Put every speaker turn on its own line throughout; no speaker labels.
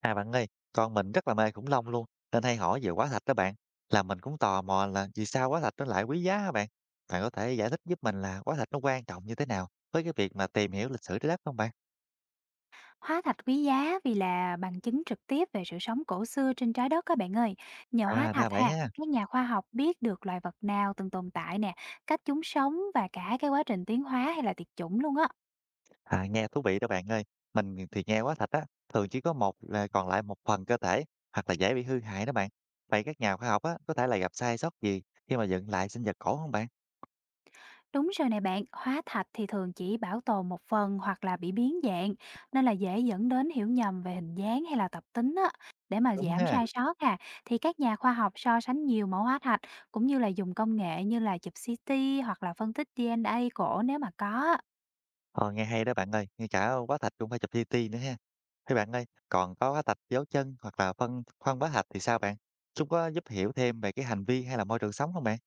À bạn ơi, con mình rất là mê khủng long luôn, nên hay hỏi về hóa thạch đó bạn. Là mình cũng tò mò là vì sao hóa thạch nó lại quý giá hả bạn? Bạn có thể giải thích giúp mình là hóa thạch nó quan trọng như thế nào với cái việc mà tìm hiểu lịch sử trái đất không bạn?
Hóa thạch quý giá vì là bằng chứng trực tiếp về sự sống cổ xưa trên trái đất các bạn ơi. Nhờ hóa
À ra
thạch
vậy
ha,
ha.
các nhà khoa học biết được loài vật nào từng tồn tại nè, cách chúng sống và cả cái quá trình tiến hóa hay là tuyệt chủng luôn á.
À nghe thú vị đó bạn ơi. Mình thì nghe hóa thạch á, thường chỉ có một là còn lại một phần cơ thể hoặc là dễ bị hư hại đó bạn. Vậy các nhà khoa học á có thể là gặp sai sót gì khi mà dựng lại sinh vật cổ không bạn?
Đúng rồi này bạn, hóa thạch thì thường chỉ bảo tồn một phần hoặc là bị biến dạng, nên là dễ dẫn đến hiểu nhầm về hình dáng hay là tập tính á. Để mà
Đúng
giảm
ha.
sai sót ha, thì các nhà khoa học so sánh nhiều mẫu hóa thạch cũng như là dùng công nghệ như là chụp CT hoặc là phân tích DNA cổ nếu mà có.
Ờ, nghe hay đó bạn ơi, ngay cả hóa thạch cũng phải chụp CT nữa ha. Thế bạn ơi, còn có hóa thạch dấu chân hoặc là phân khoan hóa thạch thì sao bạn? Chúng có giúp hiểu thêm về cái hành vi hay là môi trường sống không bạn?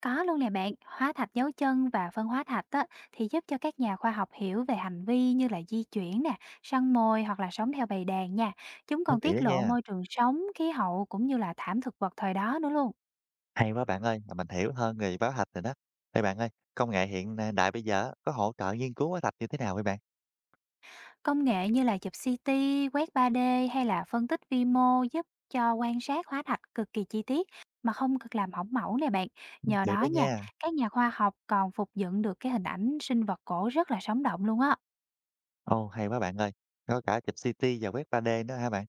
Có luôn nè bạn, hóa thạch dấu chân và phân hóa thạch á, thì giúp cho các nhà khoa học hiểu về hành vi như là di chuyển nè, săn mồi hoặc là sống theo bầy đàn nha. Chúng
Thú
còn
vị đó
tiết lộ
nha.
môi trường sống, khí hậu cũng như là thảm thực vật thời đó nữa luôn.
Hay quá bạn ơi, mà mình hiểu hơn người báo thạch rồi đó. Thế bạn ơi, công nghệ hiện đại bây giờ có hỗ trợ nghiên cứu hóa thạch như thế nào vậy bạn?
Công nghệ như là chụp CT, quét 3D hay là phân tích vi mô giúp cho quan sát hóa thạch cực kỳ chi tiết mà không cực làm hỏng mẫu nè bạn. Nhờ
Được
đó
đó
nha,
nha.
các nhà khoa học còn phục dựng được cái hình ảnh sinh vật cổ rất là sống động luôn á.
Ồ, hay quá bạn ơi. Có cả chụp CT và quét 3D nữa hả bạn?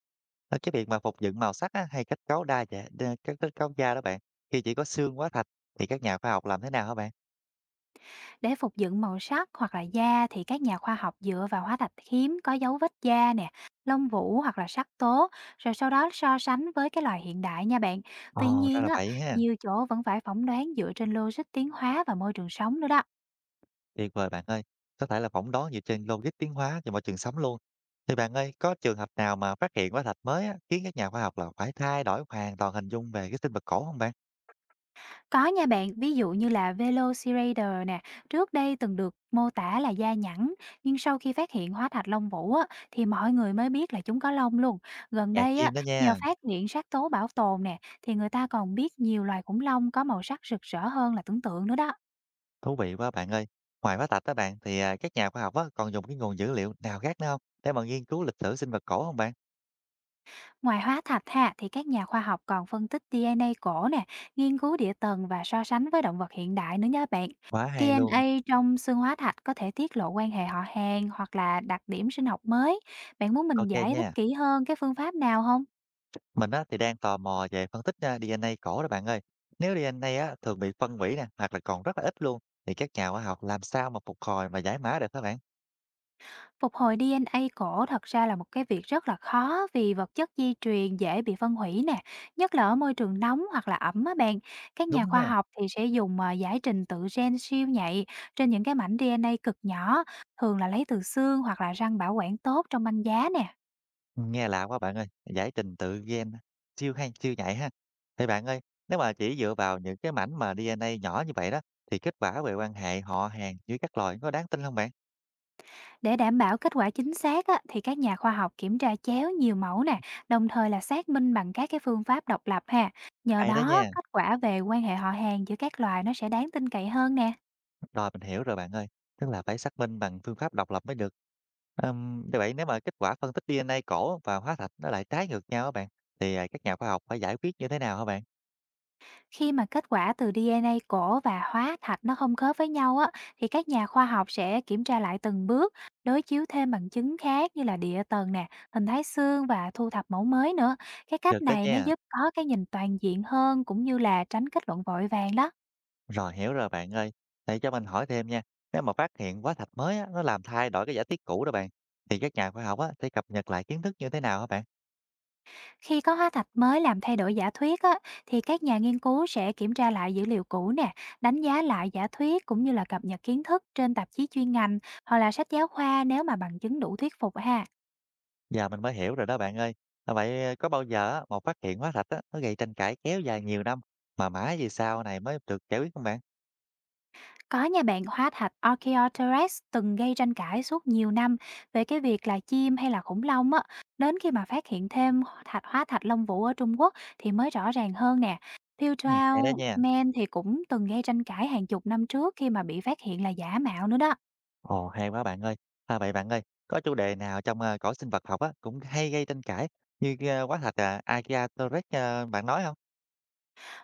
Ờ, Cái việc mà phục dựng màu sắc á, hay kết cấu đa dạng, đa- kết kết cấu da đó bạn. Khi chỉ có xương hóa thạch thì các nhà khoa học làm thế nào hả bạn?
Để phục dựng màu sắc hoặc là da thì các nhà khoa học dựa vào hóa thạch hiếm có dấu vết da nè, lông vũ hoặc là sắc tố, rồi sau đó so sánh với cái loài hiện đại nha bạn. Tuy
Ồ, ra
nhiên
là
á,
vậy ha.
nhiều chỗ vẫn phải phỏng đoán dựa trên logic tiến hóa và môi trường sống nữa đó.
Tuyệt vời bạn ơi. Có thể là phỏng đoán dựa trên logic tiến hóa và môi trường sống luôn. Thì bạn ơi, có trường hợp nào mà phát hiện hóa thạch mới á, khiến các nhà khoa học là phải thay đổi hoàn toàn hình dung về cái sinh vật cổ không bạn?
Có nha bạn, ví dụ như là Velociraptor nè, trước đây từng được mô tả là da nhẵn, nhưng sau khi phát hiện hóa thạch lông vũ á, thì mọi người mới biết là chúng có lông luôn. Gần
Ngạc
đây á,
nhiên đó
nhờ
nha.
phát hiện sắc tố bảo tồn nè, thì người ta còn biết nhiều loài khủng long có màu sắc rực rỡ hơn là tưởng tượng nữa đó.
Thú vị quá bạn ơi. Ngoài hóa thạch đó bạn, thì các nhà khoa học á, còn dùng cái nguồn dữ liệu nào khác nữa không? Để mà nghiên cứu lịch sử sinh vật cổ không bạn?
Ngoài hóa thạch ha, thì các nhà khoa học còn phân tích DNA cổ nè, nghiên cứu địa tầng và so sánh với động vật hiện đại nữa nha bạn.
Quá hay luôn.
DNA trong xương hóa thạch có thể tiết lộ quan hệ họ hàng hoặc là đặc điểm sinh học mới. Bạn muốn mình
Ok
giải thích
nha.
kỹ hơn cái phương pháp nào không?
Mình á, thì đang tò mò về phân tích DNA cổ đó bạn ơi. Nếu DNA á, thường bị phân hủy nè, hoặc là còn rất là ít luôn, thì các nhà khoa học làm sao mà phục hồi và giải mã được các bạn?
Phục hồi DNA cổ thật ra là một cái việc rất là khó vì vật chất di truyền dễ bị phân hủy nè, nhất là ở môi trường nóng hoặc là ẩm á bạn. Các
Đúng
nhà khoa
ha.
học thì sẽ dùng giải trình tự gen siêu nhạy trên những cái mảnh DNA cực nhỏ, thường là lấy từ xương hoặc là răng bảo quản tốt trong băng giá nè.
Nghe lạ quá bạn ơi, giải trình tự gen á, siêu hay, siêu nhạy ha. Thì bạn ơi, nếu mà chỉ dựa vào những cái mảnh mà DNA nhỏ như vậy đó, thì kết quả về quan hệ họ hàng với các loài có đáng tin không bạn?
Để đảm bảo kết quả chính xác á, thì các nhà khoa học kiểm tra chéo nhiều mẫu nè, đồng thời là xác minh bằng các cái phương pháp độc lập ha. Nhờ
Hay đó
đó,
nha.
kết quả về quan hệ họ hàng giữa các loài nó sẽ đáng tin cậy hơn nè.
Rồi, mình hiểu rồi bạn ơi, tức là phải xác minh bằng phương pháp độc lập mới được. Như vậy nếu mà kết quả phân tích DNA cổ và hóa thạch nó lại trái ngược nhau các bạn, thì, các nhà khoa học phải giải quyết như thế nào hả bạn?
Khi mà kết quả từ DNA cổ và hóa thạch nó không khớp với nhau á, thì các nhà khoa học sẽ kiểm tra lại từng bước, đối chiếu thêm bằng chứng khác như là địa tầng nè, hình thái xương và thu thập mẫu mới nữa. Cái cách
Được đó
này nó
nha.
giúp có cái nhìn toàn diện hơn cũng như là tránh kết luận vội vàng đó.
Rồi, hiểu rồi bạn ơi. Để cho mình hỏi thêm nha, nếu mà phát hiện hóa thạch mới á, nó làm thay đổi cái giả thuyết cũ đó bạn, thì các nhà khoa học á, sẽ cập nhật lại kiến thức như thế nào hả bạn?
Khi có hóa thạch mới làm thay đổi giả thuyết á, thì các nhà nghiên cứu sẽ kiểm tra lại dữ liệu cũ nè, đánh giá lại giả thuyết cũng như là cập nhật kiến thức trên tạp chí chuyên ngành hoặc là sách giáo khoa nếu mà bằng chứng đủ thuyết phục ha.
Giờ mình mới hiểu rồi đó bạn ơi. À, vậy có bao giờ á, một phát hiện hóa thạch á, nó gây tranh cãi kéo dài nhiều năm, mà mãi về sau này mới được giải quyết không bạn?
Có nhà bạn, hóa thạch Archaeopteryx từng gây tranh cãi suốt nhiều năm về cái việc là chim hay là khủng long á. Đến khi mà phát hiện thêm hóa thạch Long Vũ ở Trung Quốc thì mới rõ ràng hơn nè.
Hay đó
Pewtrao
nha.
Man thì cũng từng gây tranh cãi hàng chục năm trước khi mà bị phát hiện là giả mạo nữa đó.
Ồ, hay quá bạn ơi. À, vậy bạn ơi, có chủ đề nào trong, cõi sinh vật học á, cũng hay gây tranh cãi như, hóa thạch, Agiatorex, bạn nói không?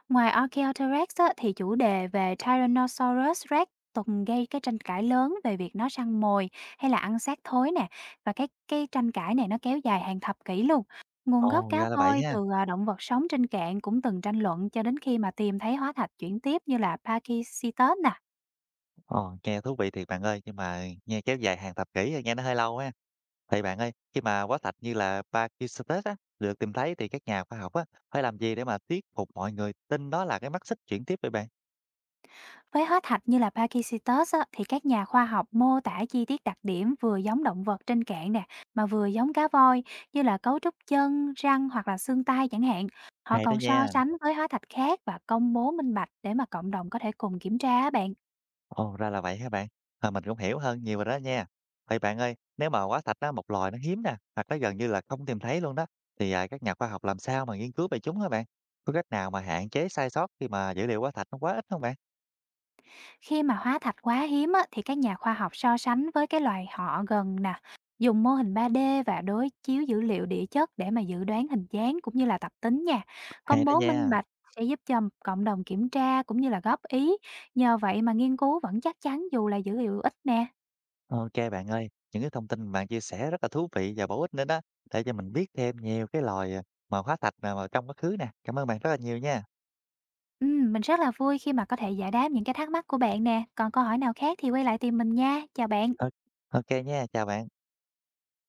Ngoài Archaeopteryx á, thì chủ đề về Tyrannosaurus Rex từng gây cái tranh cãi lớn về việc nó săn mồi hay là ăn xác thối nè, và cái tranh cãi này nó kéo dài hàng thập kỷ luôn. Nguồn gốc
Ồ,
cá
ra là vậy
voi
ha.
từ động vật sống trên cạn cũng từng tranh luận cho đến khi mà tìm thấy hóa thạch chuyển tiếp như là Pachycetus nè.
Ồ, nghe thú vị thiệt bạn ơi, nhưng mà nghe kéo dài hàng thập kỷ, nghe nó hơi lâu ha. Vậy bạn ơi, khi mà hóa thạch như là Pachycetus á, được tìm thấy thì các nhà khoa học á, phải làm gì để mà thuyết phục mọi người tin đó là cái mắt xích chuyển tiếp vậy bạn?
Với hết thạch như là Pachycetus á, thì các nhà khoa học mô tả chi tiết đặc điểm vừa giống động vật trên cạn nè, mà vừa giống cá voi như là cấu trúc chân, răng hoặc là xương tay chẳng hạn. Họ
Hay đó
còn so
nha.
sánh với hóa thạch khác và công bố minh bạch để mà cộng đồng có thể cùng kiểm tra á bạn.
Ồ, ra là vậy hả bạn? À, mình cũng hiểu hơn nhiều rồi đó nha. Vậy bạn ơi, nếu mà hóa thạch á, một loài nó hiếm nè, hoặc nó gần như là không tìm thấy luôn đó, thì các nhà khoa học làm sao mà nghiên cứu về chúng hả bạn? Có cách nào mà hạn chế sai sót khi mà dữ liệu hóa thạch nó quá ít không bạn?
Khi mà hóa thạch quá hiếm á, thì các nhà khoa học so sánh với cái loài họ gần nè, dùng mô hình 3D và đối chiếu dữ liệu địa chất để mà dự đoán hình dáng cũng như là tập tính nha.
Hay
Công
đó
bố minh
nha.
bạch sẽ giúp cho cộng đồng kiểm tra cũng như là góp ý. Nhờ vậy mà nghiên cứu vẫn chắc chắn dù là dữ liệu ít nè.
Ok bạn ơi, những cái thông tin mà bạn chia sẻ rất là thú vị và bổ ích nữa đó, để cho mình biết thêm nhiều cái loài mà hóa thạch nào mà trong quá khứ nè. Cảm ơn bạn rất là nhiều nha.
Ừ, mình rất là vui khi mà có thể giải đáp những cái thắc mắc của bạn nè. Còn câu hỏi nào khác thì quay lại tìm mình nha. Chào bạn.
Ờ, Ok nha, chào bạn.